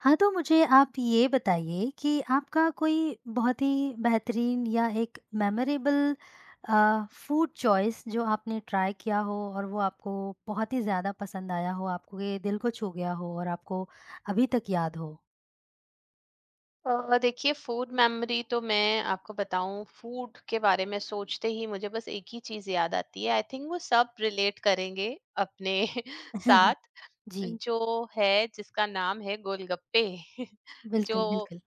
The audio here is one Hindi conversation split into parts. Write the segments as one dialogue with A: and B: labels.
A: हाँ, तो मुझे आप ये बताइए कि आपका कोई बहुत ही बेहतरीन या एक मेमोरेबल फूड चॉइस जो आपने ट्राई किया हो और वो आपको बहुत ही ज़्यादा पसंद आया हो, आपके दिल को छू गया हो और आपको अभी तक याद हो?
B: देखिए, फूड मेमोरी तो मैं आपको बताऊं, फूड के बारे में सोचते ही मुझे बस एक ही चीज याद आती है। आई थिंक वो सब रिलेट करेंगे अपने साथ,
A: जी,
B: जो है जिसका नाम है गोलगप्पे। जो
A: बिल्कुल, बिल्कुल।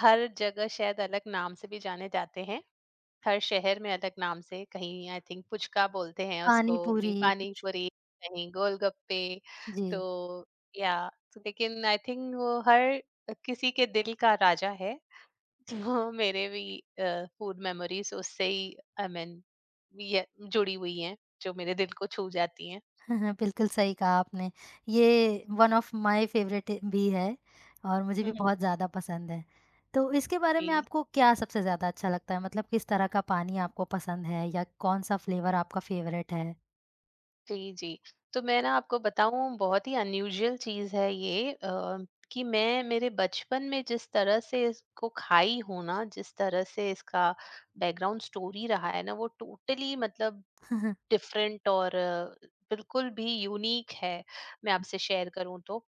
B: हर जगह शायद अलग नाम से भी जाने जाते हैं, हर शहर में अलग नाम से। कहीं आई थिंक पुचका बोलते हैं
A: पानी
B: उसको, कहीं
A: पूरी,
B: पानी
A: पुचका
B: पूरी, कहीं गोलगप्पे।
A: जी।
B: तो या तो लेकिन आई थिंक वो हर किसी के दिल का राजा है। वो मेरे भी फूड मेमोरीज उससे ही, आई मीन, ये जुड़ी हुई हैं जो मेरे दिल को छू जाती हैं।
A: हाँ, हाँ, बिल्कुल सही कहा आपने। ये वन ऑफ माय फेवरेट भी है और मुझे भी
B: हम्म।
A: बहुत ज़्यादा पसंद है। तो इसके बारे में
B: जी,
A: आपको क्या सबसे ज़्यादा अच्छा लगता है? मतलब किस तरह का पानी आपको पसंद है या कौन-सा फ्लेवर आपका फेवरेट है?
B: जी, जी। तो मैं ना आपको बताऊं, बहुत ही अनयूजुअल चीज है ये। कि मैं मेरे बचपन में जिस तरह से इसको खाई हूं ना, जिस तरह से इसका बैकग्राउंड स्टोरी रहा है ना, वो टोटली मतलब डिफरेंट और बिल्कुल भी यूनिक है। मैं आपसे शेयर करूं तो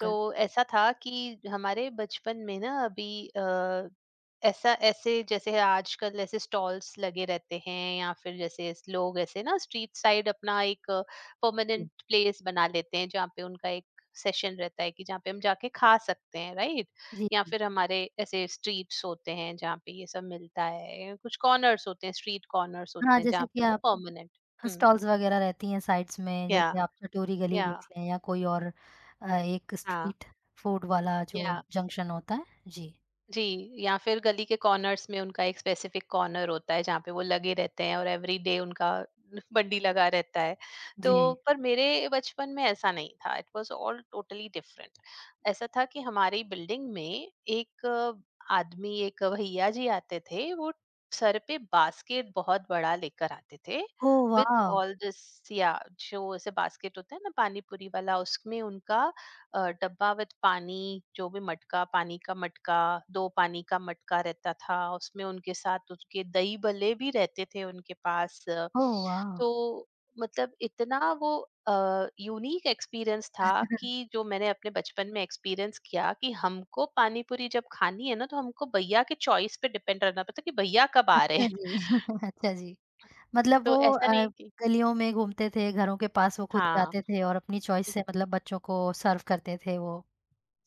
B: तो ऐसा था कि हमारे बचपन में ना अभी ऐसा ऐसे जैसे आजकल ऐसे स्टॉल्स लगे रहते हैं, या फिर जैसे लोग ऐसे ना स्ट्रीट साइड अपना एक
A: जी।
B: परमानेंट प्लेस बना लेते हैं जहाँ पे उनका एक सेशन रहता है, कि जहाँ पे हम जाके खा सकते हैं, राइट।
A: जी,
B: या
A: जी।
B: फिर हमारे ऐसे स्ट्रीट्स होते हैं जहाँ पे ये सब मिलता है। कुछ कॉर्नर्स होते हैं, स्ट्रीट कॉर्नर्स
A: हाँ,
B: होते हैं
A: जैसे
B: जहाँ
A: कि
B: पे वो
A: आप
B: परमानेंट। हम्म।
A: स्टॉल्स वगैरह रहती हैं साइड्स में,
B: या
A: जैसे आप चटोरी गली
B: या
A: देख लें या कोई और एक
B: हाँ,
A: स्ट्रीट फूड वाला जो
B: या,
A: जंक्शन होता है। जी।
B: जी। या फिर गली के कॉर्नर्स में उनका एक स्पेसिफिक कॉर्नर होता है जहाँ पे वो लगे रहते हैं और एवरी डे उनका बंडी लगा रहता है। तो
A: जी।
B: पर मेरे बचपन में ऐसा नहीं था, it was all totally different. ऐसा था कि हमारी बिल्डिंग में एक आदमी, एक भैया जी आते थे। वो सर पे बास्केट बहुत बड़ा लेकर आते थे,
A: oh
B: with
A: wow!
B: All this. या जो ऐसे बास्केट होता है ना पानी पूरी वाला, उसमें उनका डब्बा विद पानी, जो भी मटका, पानी का मटका, दो पानी का मटका रहता था उसमें। उनके साथ उसके दही भल्ले भी रहते थे उनके पास।
A: ओह वाव!
B: तो मतलब इतना वो यूनिक एक्सपीरियंस था कि जो मैंने अपने बचपन में एक्सपीरियंस किया, कि हमको पानी पूरी जब खानी है ना, तो हमको भैया के चॉइस पे डिपेंड रहना पड़ता कि भैया कब आ रहे
A: अच्छा
B: हैं।
A: जी। अच्छा जी। मतलब वो
B: तो ऐसा नहीं है कि,
A: गलियों में घूमते थे, घरों के पास वो खुद ही
B: हाँ,
A: आते थे और अपनी चॉइस से मतलब बच्चों को सर्व करते थे वो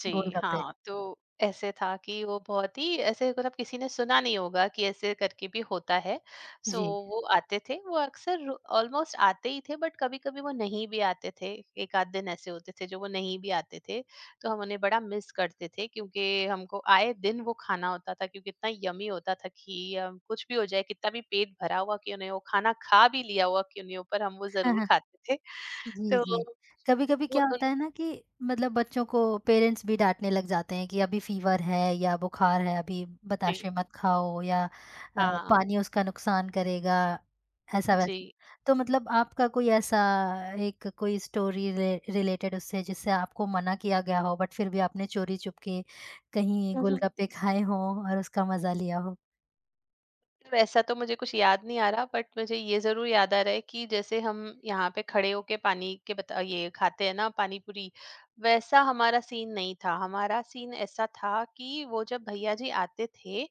B: जी,
A: गोलगप्पे।
B: हाँ, तो ऐसे था कि वो बहुत ही ऐसे, मतलब किसी ने सुना नहीं होगा कि ऐसे करके भी होता है। सो
A: जी।
B: वो आते थे, वो अक्सर ऑलमोस्ट आते ही थे, बट कभी-कभी वो नहीं भी आते थे। 1 आध दिन ऐसे होते थे जो वो नहीं भी आते थे, तो हम उन्हें बड़ा मिस करते थे, क्योंकि हमको आए दिन वो खाना होता था। क्योंकि इतना यम्मी होता था कि कुछ भी हो जाए, कितना भी पेट भरा हुआ क्यों नहीं हो, खाना खा भी लिया हुआ क्यों नहीं हो, पर हम वो ज़रूर खाते थे।
A: जी,
B: तो
A: जी। कभी-कभी
B: वो
A: क्या
B: उन,
A: होता है ना कि मतलब बच्चों को पेरेंट्स भी डाँटने लग जाते हैं कि अभी फ़ीवर है या बुखार है, अभी बताशे
B: जी,
A: मत खाओ या अ,
B: हाँ,
A: पानी उसका नुकसान करेगा,
B: जी।
A: ऐसा-वैसा। तो मतलब आपका कोई ऐसा एक कोई स्टोरी रि रिलेटेड उससे जिससे आपको मना किया गया हो बट फिर भी आपने चोरी-चुपके कहीं गोलगप्पे खाए हों और उसका मज़ा लिया हो?
B: वैसा तो मुझे कुछ याद नहीं आ रहा, बट मुझे ये जरूर याद आ रहा है कि जैसे हम यहाँ पे खड़े होके पानी के बता, ये खाते हैं ना पानी पूरी, वैसा हमारा सीन नहीं था। हमारा सीन ऐसा था कि वो जब भैया जी आते थे,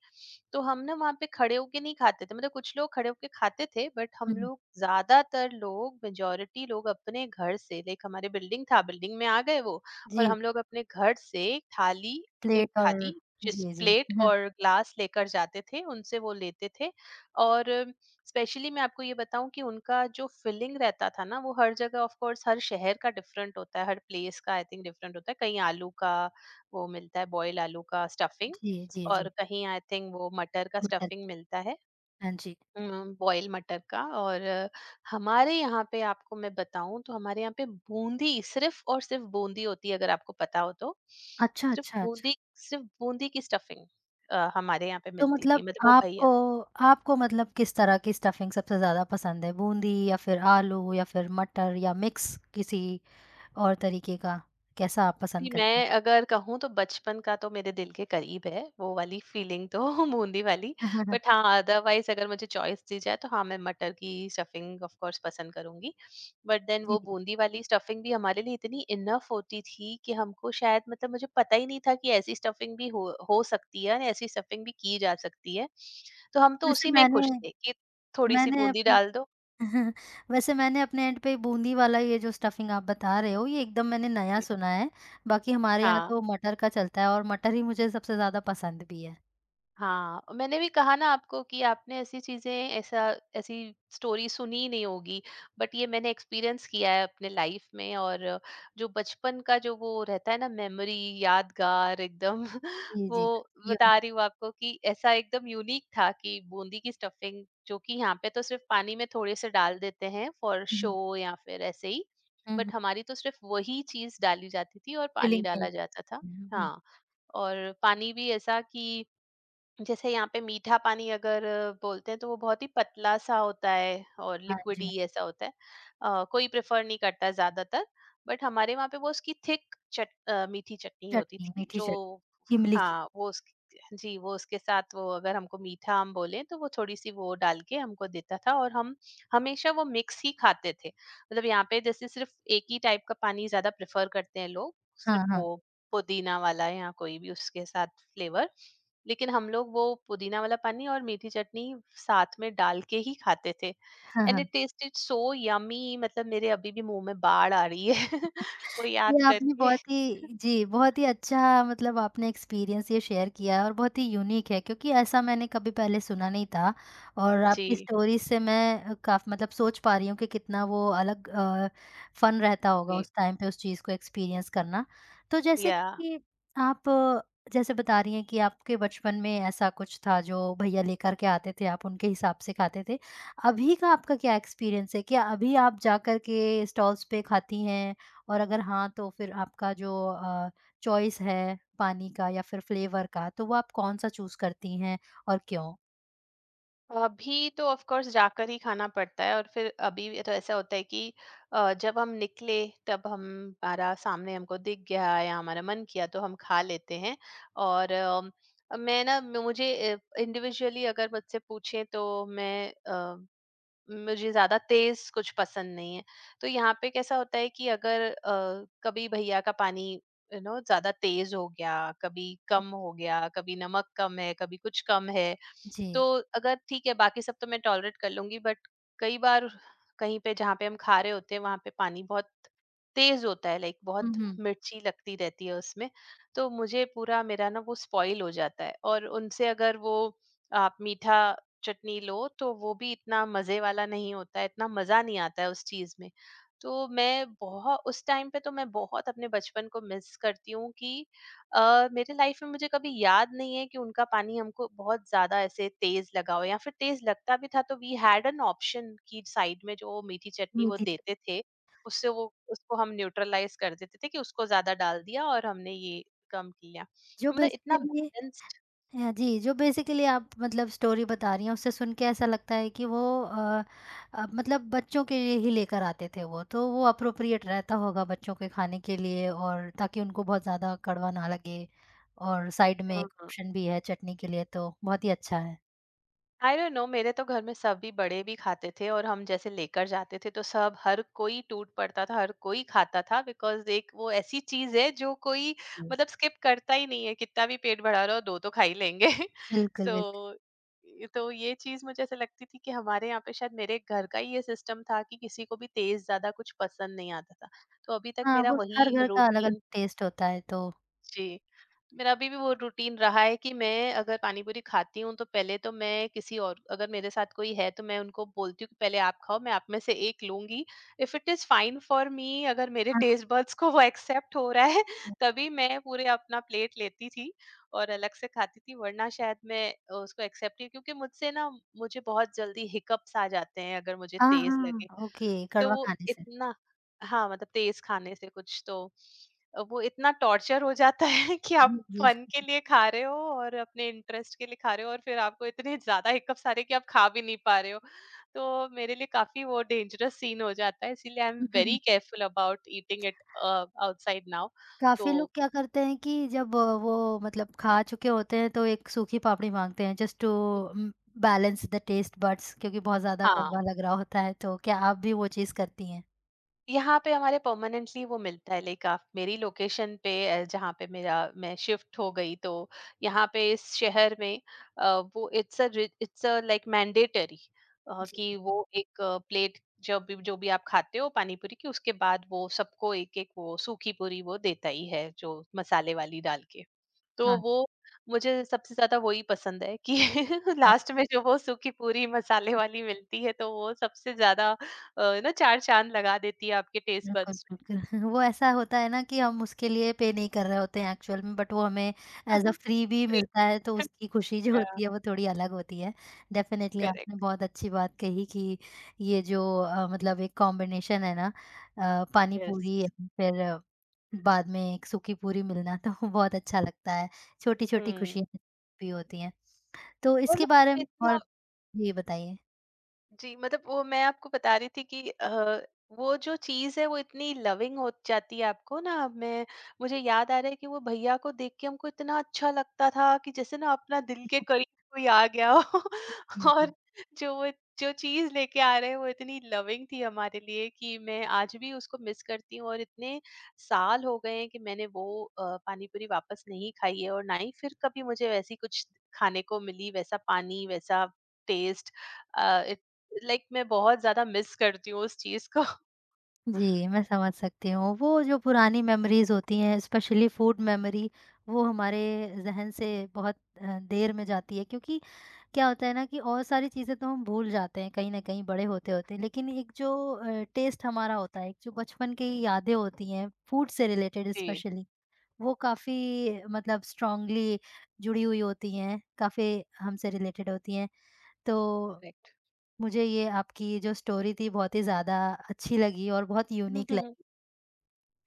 B: तो हम ना वहाँ पे खड़े होके नहीं खाते थे। मतलब कुछ लोग खड़े होके खाते थे, बट
A: हुँ,
B: हम
A: हुँ।
B: लोग, ज्यादातर लोग, मेजोरिटी लोग अपने घर से, लाइक हमारे बिल्डिंग में आ गए वो, और
A: जी,
B: हम लोग अपने घर से थाली एक
A: प्लेट और
B: थाली, जिस
A: जी, जी।
B: प्लेट
A: हाँ,
B: और ग्लास लेकर जाते थे, उनसे वो लेते थे। और स्पेशली मैं आपको ये बताऊं कि उनका जो फिलिंग रहता था ना, वो हर जगह ऑफ कोर्स हर शहर का डिफरेंट होता है, हर प्लेस का आई थिंक डिफरेंट होता है। कहीं आलू का वो मिलता है, बॉयल आलू का स्टफिंग,
A: जी, जी,
B: और
A: जी।
B: कहीं आई थिंक वो मटर का
A: मटर
B: स्टफिंग
A: के।
B: मिलता है,
A: हाँ जी।
B: बॉयल मटर का। और हमारे यहाँ पे, आपको मैं बताऊं तो, हमारे यहाँ पे बूंदी, सिर्फ और सिर्फ बूंदी होती है, अगर आपको पता हो तो।
A: अच्छा,
B: सिर्फ
A: अच्छा, अच्छा।
B: बूंदी सिर्फ बूंदी की स्टफिंग हमारे यहाँ पे
A: तो
B: मिलती थी।
A: मतलब
B: मतलब वो भैया।
A: आपको आपको मतलब किस तरह की स्टफिंग सबसे ज़्यादा पसंद है? बूंदी या फिर आलू या फिर मटर या मिक्स किसी और तरीके का? कैसा आप पसंद
B: जी,
A: करते हैं?
B: मैं अगर कहूँ तो बचपन का तो मेरे दिल के करीब है, वो वाली फीलिंग तो बूंदी वाली। बट हाँ, अदरवाइज़ अगर मुझे चॉइस दी जाए तो हाँ, मैं मटर की स्टफिंग ऑफ़ कोर्स पसंद करूँगी। बट देन
A: जी,
B: वो बूंदी वाली स्टफिंग भी हमारे लिए इतनी इनफ होती थी कि हमको शायद मतलब मुझे पता ही नहीं था कि ऐसी स्टफिंग भी हो सकती है और ऐसी स्टफिंग भी की जा सकती है। तो हम तो
A: वैसे
B: उसी में
A: मैंने
B: खुश थे कि थोड़ी-सी
A: मैंने
B: बूंदी
A: अपने
B: डाल दो।
A: वैसे मैंने अपने एंड पे बूंदी वाला ये जो स्टफिंग आप बता रहे हो, ये एकदम मैंने नया सुना है। बाकी हमारे यहाँ
B: हाँ।
A: तो मटर का चलता है और मटर ही मुझे सबसे ज़्यादा पसंद भी है।
B: हाँ, और मैंने भी कहा ना आपको कि आपने ऐसी चीज़ें, ऐसा ऐसी स्टोरी सुनी नहीं होगी, बट ये मैंने एक्सपीरियंस किया है अपने लाइफ में। और जो बचपन का, जो वो रहता है ना मेमोरी, यादगार एकदम।
A: जी,
B: वो
A: जी।
B: बता
A: यूनिक
B: रही हूँ आपको कि ऐसा एकदम यूनिक था कि बूंदी की स्टफिंग, जो कि यहाँ पे तो सिर्फ पानी में थोड़े से डाल देते हैं फॉर
A: हुँ,
B: शो
A: हुँ।
B: या फिर ऐसे ही,
A: हुँ, हुँ।
B: बट हमारी तो सिर्फ वही चीज़ डाली जाती थी और पानी
A: फीलिंग के
B: डाला जाता था।
A: हुँ, हुँ।
B: हाँ, और पानी भी ऐसा कि, जैसे यहाँ पे मीठा पानी अगर बोलते हैं, तो वो बहुत ही पतला सा होता है और
A: हाँ
B: लिक्विड
A: जी।
B: ही ऐसा होता है, कोई प्रेफर नहीं करता ज्यादातर। बट हमारे वहाँ पे वो उसकी थिक मीठी चटनी होती
A: चटनी,
B: थी
A: मीठी
B: जो,
A: चटनी, इमली की।
B: हाँ वो उसकी, जी, वो उसके साथ वो, अगर हमको मीठा हम बोले, तो वो थोड़ी सी वो डाल के हमको देता था और हम हमेशा वो मिक्स ही खाते थे। मतलब यहाँ पे जैसे सिर्फ एक ही टाइप का पानी ज्यादा प्रेफर करते हैं लोग, सिर्फ
A: हाँ,
B: वो
A: हाँ।
B: पुदीना वाला या कोई भी उसके साथ फ्लेवर, लेकिन हम लोग वो पुदीना वाला पानी और मीठी चटनी साथ में डाल के ही खाते थे।
A: हाँ,
B: एंड
A: हाँ।
B: It tasted so yummy. मतलब मेरे अभी भी मुंह में बाढ़ आ रही है वो याद
A: ये आपने
B: करके।
A: बहुत ही जी, बहुत ही अच्छा मतलब आपने एक्सपीरियंस ये शेयर किया है और बहुत ही यूनिक है क्योंकि ऐसा मैंने कभी पहले सुना नहीं था और आपकी
B: जी,
A: स्टोरी से मैं काफ़ मतलब सोच पा रही हूँ कि कितना वो अलग फ़न रहता होगा
B: जी।
A: उस टाइम पे उस चीज़ को एक्सपीरियंस करना। तो जैसे
B: या,
A: कि आप जैसे बता रही हैं कि आपके बचपन में ऐसा कुछ था जो भैया लेकर के आते थे, आप उनके हिसाब से खाते थे। अभी का आपका क्या एक्सपीरियंस है? क्या अभी आप जाकर के स्टॉल्स पे खाती हैं? और अगर हाँ, तो फिर आपका जो चॉइस है पानी का या फिर फ्लेवर का, तो वो आप कौन-सा चूज़ करती हैं और क्यों?
B: अभी तो ऑफ कोर्स जाकर ही खाना पड़ता है, और फिर अभी तो ऐसा होता है कि जब हम निकले, तब हम हमारा सामने हमको दिख गया या हमारा मन किया तो हम खा लेते हैं। और मैं ना मुझे इंडिविजुअली अगर मुझसे पूछें, तो मैं मुझे ज़्यादा तेज़ कुछ पसंद नहीं है। तो यहाँ पे कैसा होता है कि अगर कभी भैया का पानी, यू नो, ज़्यादा तेज़ हो गया, कभी कम हो गया, कभी नमक कम है, कभी कुछ कम है,
A: जी।
B: तो, अगर ठीक है बाकी सब तो मैं टॉलरेट कर लूंगी, बट कई बार कहीं पे जहाँ पे हम खा रहे होते हैं, वहां पे पानी बहुत तेज होता है, लाइक
A: हुँ,
B: बहुत
A: हुँ।
B: मिर्ची लगती रहती है उसमें, तो मुझे पूरा मेरा ना वो स्पॉइल हो जाता है। और उनसे अगर वो आप मीठा चटनी लो, तो वो भी इतना मजे वाला नहीं होता है, इतना मजा नहीं आता है उस चीज में। तो मैं बहुत उस टाइम पे तो मैं बहुत अपने बचपन को मिस करती हूँ कि, मेरे लाइफ में मुझे कभी याद नहीं है कि उनका पानी हमको बहुत ज़्यादा ऐसे तेज़ लगा हो, या फिर तेज़ लगता भी था तो वी हैड एन ऑप्शन कि साइड में जो मीठी चटनी वो
A: मीठी च
B: देते थे, उससे वो उसको हम न्यूट्रलाइज़ कर देते थे कि उसको ज़्यादा डाल दिया और हमने ये कम किया।
A: जो
B: मतलब इतना
A: बेसिकली
B: बैलेंस्ड।
A: जी, जो बेसिकली आप मतलब स्टोरी बता रही हैं, उससे सुन के ऐसा लगता है कि वो अ मतलब बच्चों के लिए ही लेकर आते थे वो, तो वो एप्रोप्रिएट रहता होगा बच्चों के खाने के लिए और ताकि उनको बहुत ज़्यादा कड़वा ना लगे और साइड में एक
B: हाँ।
A: ऑप्शन भी है चटनी के लिए, तो बहुत ही अच्छा है।
B: आई डोंट नो, मेरे तो घर में सभी बड़े भी खाते थे और हम जैसे लेकर जाते थे तो सब, हर कोई टूट पड़ता था, हर कोई खाता था। बिकॉज एक वो ऐसी चीज है जो कोई
A: जी,
B: मतलब स्किप करता ही नहीं है। कितना भी पेट भरा रहो, दो तो खा ही लेंगे।
A: बिल्कुल, बिल्कुल।
B: सो, तो ये चीज मुझे ऐसे लगती थी कि हमारे यहाँ पे शायद मेरे घर का ही ये सिस्टम था कि किसी को भी तेज ज्यादा कुछ पसंद नहीं आता था, तो अभी तक
A: हाँ,
B: मेरा
A: वो
B: वही
A: हर घर का अलग-अलग
B: रूटीन।
A: टेस्ट होता है तो
B: जी, मेरा अभी भी वो रूटीन रहा है कि मैं अगर पानी पूरी खाती हूँ, तो पहले तो मैं किसी, और अगर मेरे साथ कोई है तो मैं उनको बोलती हूँ कि पहले आप खाओ, मैं आप में से एक लूंगी, if it is fine for me. अगर मेरे
A: हाँ,
B: टेस्ट बड्स को वो एक्सेप्ट हो रहा है तभी मैं पूरे अपना प्लेट लेती थी और अलग से खाती थी, वरना शायद मैं उसको एक्सेप्ट ही, क्योंकि मुझसे ना, मुझे बहुत जल्दी हिकअप्स आ जाते हैं अगर मुझे
A: हाँ,
B: तेज
A: हाँ,
B: लगे,
A: ओके
B: तो
A: कड़वा
B: वो
A: खाने से।
B: इतना, हाँ, मतलब तेज खाने से कुछ, तो वो इतना टॉर्चर हो जाता है कि आप
A: जी, जी।
B: फन के लिए खा रहे हो और अपने इंटरेस्ट के लिए खा रहे हो और फिर आपको इतने ज्यादा हिकअप्स आ रहे हैं कि आप खा भी नहीं पा रहे हो। तो मेरे लिए काफी वो डेंजरस सीन हो जाता है, इसीलिए I am very careful about eating it outside now. तो
A: काफ़ी लोग क्या करते हैं कि जब वो मतलब खा चुके होते हैं तो एक सूखी पापड़ी माँगते हैं just to um, balance the taste buds क्योंकि बहुत ज़्यादा
B: हाँ,
A: कड़वा लग रहा होता है तो क्या आप भी वो चीज़ करती हैं?
B: यहाँ पे हमारे परमानेंटली वो मिलता है लाइक आप मेरी लोकेशन पे, जहाँ पे मेरा मैं शिफ्ट हो गई। तो यहाँ पे इस शहर में अ, वो इट्स अ लाइक मैंडेटरी
A: जी।
B: कि वो एक प्लेट, जब भी जो भी आप खाते हो पानी पूरी की, उसके बाद वो सबको एक एक वो सूखी पूरी वो देता ही है, जो मसाले वाली डाल के। तो
A: हाँ,
B: वो मुझे सबसे ज़्यादा वही पसंद है कि
A: हाँ।
B: लास्ट में जो वो सूखी पूरी मसाले वाली मिलती है, तो वो सबसे ज़्यादा ना 4 चाँद लगा देती है आपके टेस्ट
A: बिल्कुल,
B: बड्स में।
A: बिल्कुल। वो ऐसा होता है ना कि हम उसके लिए पे नहीं कर रहे होते हैं एक्चुअल में बट वो हमें एज़ अ फ्री भी मिलता है तो उसकी खुशी जो
B: या
A: होती है वो थोड़ी अलग होती है। डेफ़िनेटली आपने
B: करेक्ट,
A: बहुत अच्छी बात कही कि ये जो मतलब एक कॉम्बिनेशन है ना पानी
B: यस।
A: पूरी and फिर बाद में एक सूखी पूरी मिलना तो बहुत अच्छा लगता है। छोटी-छोटी
B: हुँ,
A: खुशियाँ भी होती हैं। तो
B: और ना
A: इसके बारे
B: मतलब
A: में
B: इतना
A: और जी बताइए?
B: जी मतलब वो मैं आपको बता रही थी कि वो जो चीज़ है वो इतनी लविंग हो जाती है आपको ना। मैं मुझे याद आ रहा है कि वो भैया को देख के हमको इतना अच्छा लगता था कि जैसे ना अपना दिल के करीब कोई आ गया हो।
A: जी, जी।
B: और जो वो जो चीज़ लेके आ रहे हैं वो इतनी लविंग थी हमारे लिए कि मैं आज भी उसको मिस करती हूँ। और इतने साल हो गए हैं कि मैंने वो पानी पूरी वापस नहीं खाई है, और ना ही फिर कभी मुझे वैसी कुछ खाने को मिली, वैसा पानी, वैसा टेस्ट। लाइक मैं बहुत ज़्यादा मिस करती हूँ उस चीज़ को।
A: जी, मैं समझ सकती हूँ। वो जो पुरानी मेमोरीज़ होती हैं, स्पेशली फूड मेमोरी, वो हमारे ज़हन से बहुत देर में जाती है क्योंकि क्या होता है ना कि और सारी चीज़ें तो हम भूल जाते हैं कहीं न कहीं बड़े होते-होते। लेकिन एक जो टेस्ट हमारा होता है, एक जो बचपन की यादें होती हैं, फूड से रिलेटेड
B: जी,
A: स्पेशली, वो काफ़ी मतलब स्ट्रॉन्गली जुड़ी हुई होती हैं, काफ़ी हमसे रिलेटेड होती हैं। तो
B: करेक्ट।
A: मुझे ये आपकी जो स्टोरी थी बहुत ही ज़्यादा अच्छी लगी और बहुत
B: हुँ,
A: यूनिक
B: हुँ, हुँ।
A: लगी।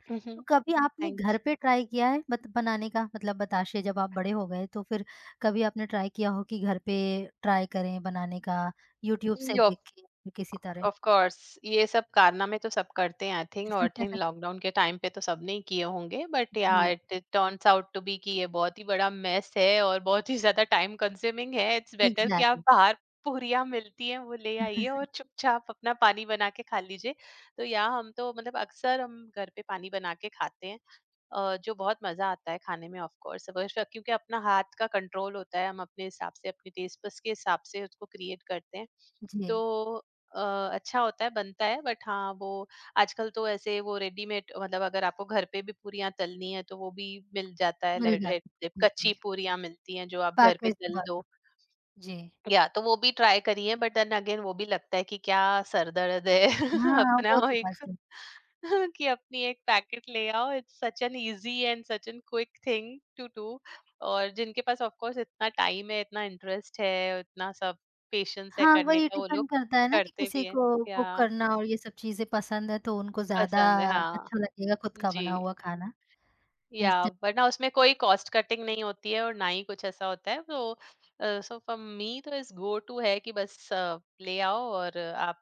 B: हुँ,
A: तो
B: हुँ।
A: कभी आपने
B: थैंक
A: घर
B: यू।
A: पे ट्राई किया है मत बनाने का? मतलब बताशे जब आप बड़े हो गए तो फिर कभी आपने ट्राई किया हो कि घर पे ट्राई करें बनाने का, यूट्यूब
B: जी,
A: से
B: ऑफ
A: देख के या किसी तरह?
B: ऑफ कोर्स, ये सब कारनामे तो सब करते हैं आई थिंक। और थिंक लॉकडाउन के टाइम पे तो सबने ही किए होंगे, बट या
A: जी,
B: it turns out to be कि ये बहुत ही बड़ा मेस है और बहुत ही ज़्यादा टाइम कंज्यूमिंग है। इट्स बेटर कि
A: एग्ज़ैक्टली।
B: आप बाहर पूरियाँ मिलती हैं वो ले आइए और चुपचाप अपना पानी बना के खा लीजिए। तो या हम तो मतलब अक्सर हम घर पे पानी बना के खाते हैं। जो बहुत मज़ा आता है खाने में ऑफ कोर्स वो श क्योंकि अपना हाथ का कंट्रोल होता है, हम अपने हिसाब से, अपने टेस्ट बड्स के हिसाब से उसको क्रिएट करते हैं। तो
A: जी,
B: अ, अच्छा होता है, बनता है, बट हाँ, वो आजकल तो ऐसे वो रेडीमेड, मतलब अगर आपको घर पे भी पूरियाँ तलनी है, तो वो भी मिल जाता है।
A: मिल जाती है। जी,
B: कच्ची
A: जी।
B: पूरियाँ मिलती हैं, जो आप घर पे
A: पैकेज़्ड
B: तल दो।
A: वाला। जी।
B: या तो वो भी ट्राई करिए बट देन अगेन वो भी लगता है कि क्या सर दर्द है।
A: हाँ,
B: अपना
A: वो
B: वो
A: तो
B: एक
A: बात सही
B: कि अपनी एक पैकेट ले आओ, it's such an easy and such an quick thing to do. और जिनके पास ऑफ कोर्स इतना टाइम है, इतना इंटरेस्ट है, इतना सब पेशेंस है
A: हाँ,
B: करने
A: वही
B: का, वो
A: डिपेंड
B: लोग
A: करता है ना कि
B: करते
A: किसी
B: भी है
A: को
B: या
A: कुक करना और ये सब चीज़ें पसंद है तो उनको ज़्यादा
B: पसंद है, हाँ।
A: अच्छा लगेगा खुद का
B: जी,
A: बना हुआ खाना।
B: या
A: इंस्टेंट
B: वरना उसमें कोई कॉस्ट कटिंग नहीं होती है और ना ही कुछ ऐसा होता है। तो सो फॉर मी तो इज गो टू है कि बस ले आओ और आप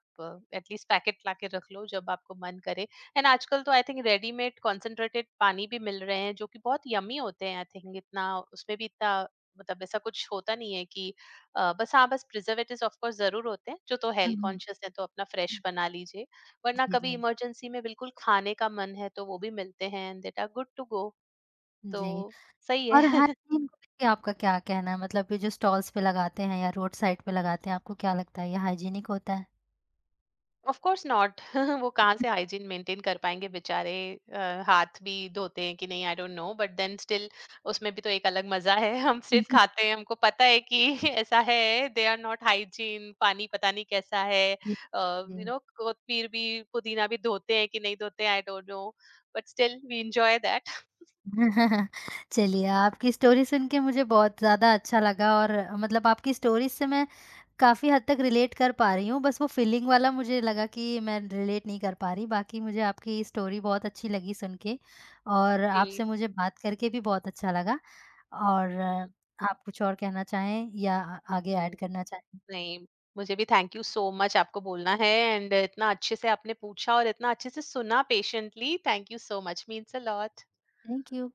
B: एटलीस्ट पैकेट लाके रख लो जब आपको मन करे। एंड आजकल तो आई थिंक रेडीमेड कॉन्सेंट्रेटेड पानी भी मिल रहे हैं, जो कि बहुत यमी होते हैं आई थिंक। इतना उसमें भी इतना मतलब ऐसा कुछ होता नहीं है कि बस, हाँ, बस प्रिजर्वेटिव्स ऑफ कोर्स जरूर होते हैं, जो तो
A: हुँ,
B: हेल्थ
A: हुँ।
B: कॉन्शियस है तो अपना फ्रेश बना लीजिए, वरना
A: जी,
B: कभी
A: जी।
B: इमरजेंसी में बिल्कुल खाने का मन है तो वो भी मिलते हैं and that are good to go.
A: जी।
B: तो सही
A: और
B: है।
A: हाइजीन को लेके आपका क्या कहना है? मतलब ये जो स्टॉल्स पे लगाते हैं या रोड साइड पे लगाते हैं, आपको क्या लगता है ये हाइजीनिक होता है?
B: Of course not. वो कहाँ से हाइजीन मेंटेन कर पाएंगे बेचारे। हाथ भी धोते हैं कि नहीं, I don't know, but then still उसमें भी तो एक अलग मजा है। हम सिर्फ खाते हैं, हमको पता है कि ऐसा है, दे आर नॉट हाइजीन, पानी पता नहीं कैसा है,
A: जी, जी।
B: यू नो, कोथमीर भी, पुदीना भी धोते हैं कि नहीं धोते, I don't know, but still we enjoy that.
A: चलिए आपकी स्टोरी सुन के मुझे बहुत ज़्यादा अच्छा लगा और मतलब आपकी स्टोरीज़ से मैं काफ़ी हद तक रिलेट कर पा रही हूँ, बस वो फीलिंग वाला मुझे लगा कि मैं रिलेट नहीं कर पा रही, बाकी मुझे आपकी स्टोरी बहुत अच्छी लगी सुन के और आपसे
B: जी।
A: मुझे बात करके भी बहुत अच्छा लगा और आप कुछ और कहना चाहें या आगे ऐड
B: हम्म।
A: करना चाहें?
B: नहीं, मुझे भी थैंक यू सो मच आपको बोलना है एंड इतना अच्छे से आपने पूछा और इतना अच्छे से सुना patiently. Thank you so much, means a lot.
A: Thank you.